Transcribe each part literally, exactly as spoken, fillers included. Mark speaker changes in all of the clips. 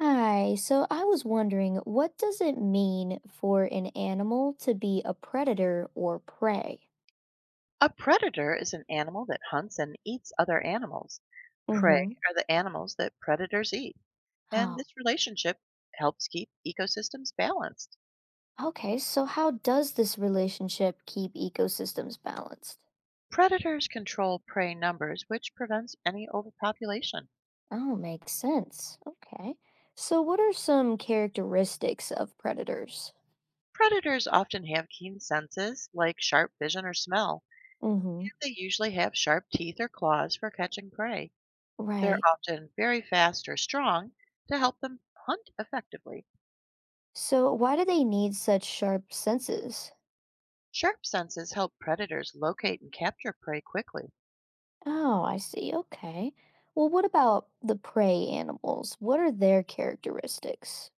Speaker 1: Hi, so I was wondering, what does it mean for an animal to be a predator or prey?
Speaker 2: A predator is an animal that hunts and eats other animals. Prey
Speaker 1: hmm
Speaker 2: are the animals that predators eat, and
Speaker 1: Oh,
Speaker 2: this relationship helps keep ecosystems balanced.
Speaker 1: okay, so how does this relationship keep ecosystems balanced?
Speaker 2: Predators control prey numbers, which prevents any overpopulation.
Speaker 1: Oh, makes sense. Okay. So what are some characteristics of predators?
Speaker 2: Predators often have keen senses, like sharp vision or smell,
Speaker 1: hmm
Speaker 2: and they usually have sharp teeth or claws for catching prey. They're
Speaker 1: Right.
Speaker 2: often very fast or strong to help them hunt effectively.
Speaker 1: So why do they need such sharp senses?
Speaker 2: Sharp senses help predators locate and capture prey quickly.
Speaker 1: Oh, I see. Okay. Well, what about the prey animals? What are their characteristics?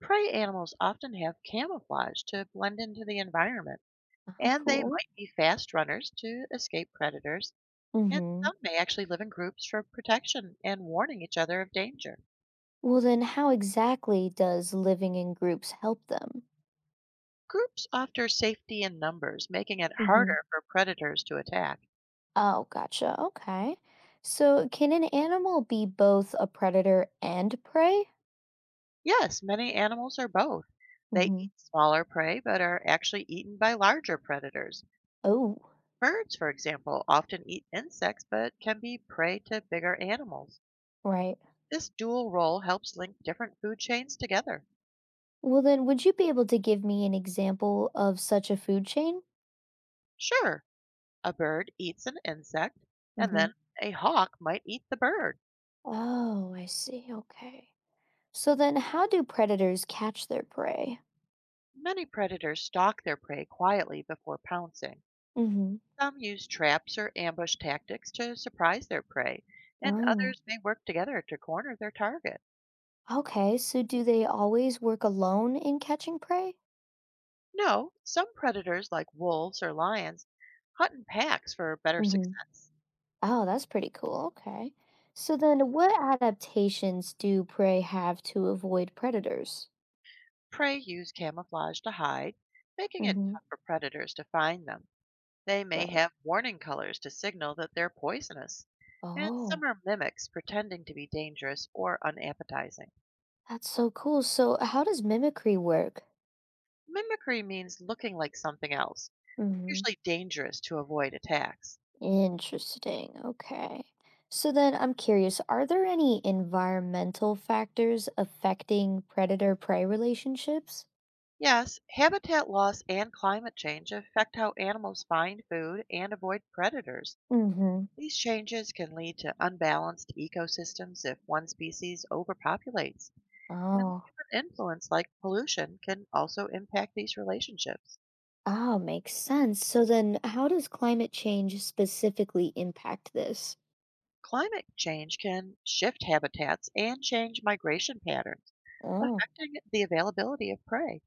Speaker 2: Prey animals often have camouflage to blend into the environment,
Speaker 1: How
Speaker 2: and they
Speaker 1: cool.
Speaker 2: might be fast runners to escape predators, and
Speaker 1: hmm
Speaker 2: some may actually live in groups for protection and warning each other of danger.
Speaker 1: Well, then, how exactly does living in groups help them?
Speaker 2: Groups offer safety in numbers, making it
Speaker 1: hmm
Speaker 2: harder for predators to attack.
Speaker 1: Oh, gotcha. Okay. So, can an animal be both a predator and prey?
Speaker 2: Yes, many animals are both. They
Speaker 1: hmm
Speaker 2: eat smaller prey but are actually eaten by larger predators.
Speaker 1: Oh,
Speaker 2: Birds, for example, often eat insects but can be prey to bigger animals.
Speaker 1: right.
Speaker 2: This dual role helps link different food chains together.
Speaker 1: Well, then, would you be able to give me an example of such a food chain?
Speaker 2: Sure, a bird eats an insect, and
Speaker 1: hmm
Speaker 2: then a hawk might eat the bird.
Speaker 1: Oh, I see. Okay. So, then, how do predators catch their prey?
Speaker 2: Many predators stalk their prey quietly before pouncing.
Speaker 1: hmm
Speaker 2: Some use traps or ambush tactics to surprise their prey, and
Speaker 1: Oh.
Speaker 2: others may work together to corner their target.
Speaker 1: Okay, so do they always work alone in catching prey?
Speaker 2: No, some predators, like wolves or lions, hunt in packs for better
Speaker 1: hmm
Speaker 2: success.
Speaker 1: Oh, that's pretty cool. Okay. So then what adaptations do prey have to avoid predators?
Speaker 2: Prey use camouflage to hide, making it
Speaker 1: Mm-hmm.
Speaker 2: tough for predators to find them. They may
Speaker 1: Right.
Speaker 2: have warning colors to signal that they're poisonous, and some
Speaker 1: Oh,
Speaker 2: are mimics pretending to be dangerous or unappetizing.
Speaker 1: that's so cool. So how does mimicry work?
Speaker 2: Mimicry means looking like something else,
Speaker 1: Mm-hmm.
Speaker 2: usually dangerous to avoid attacks.
Speaker 1: Interesting. Okay. So then I'm curious, are there any environmental factors affecting predator-prey relationships?
Speaker 2: Yes, habitat loss and climate change affect how animals find food and avoid predators.
Speaker 1: Mm-hmm.
Speaker 2: These changes can lead to unbalanced ecosystems if one species overpopulates, and
Speaker 1: Oh.
Speaker 2: human influence like pollution can also impact these relationships.
Speaker 1: Oh, makes sense. So then how does climate change specifically impact this?
Speaker 2: Climate change can shift habitats and change migration patterns,
Speaker 1: Oh.
Speaker 2: affecting the availability of prey.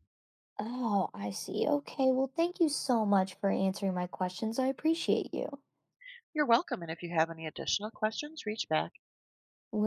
Speaker 1: Oh, I see. Okay. Well, thank you so much for answering my questions. I appreciate you.
Speaker 2: You're welcome, and if you have any additional questions, reach back.
Speaker 1: We'll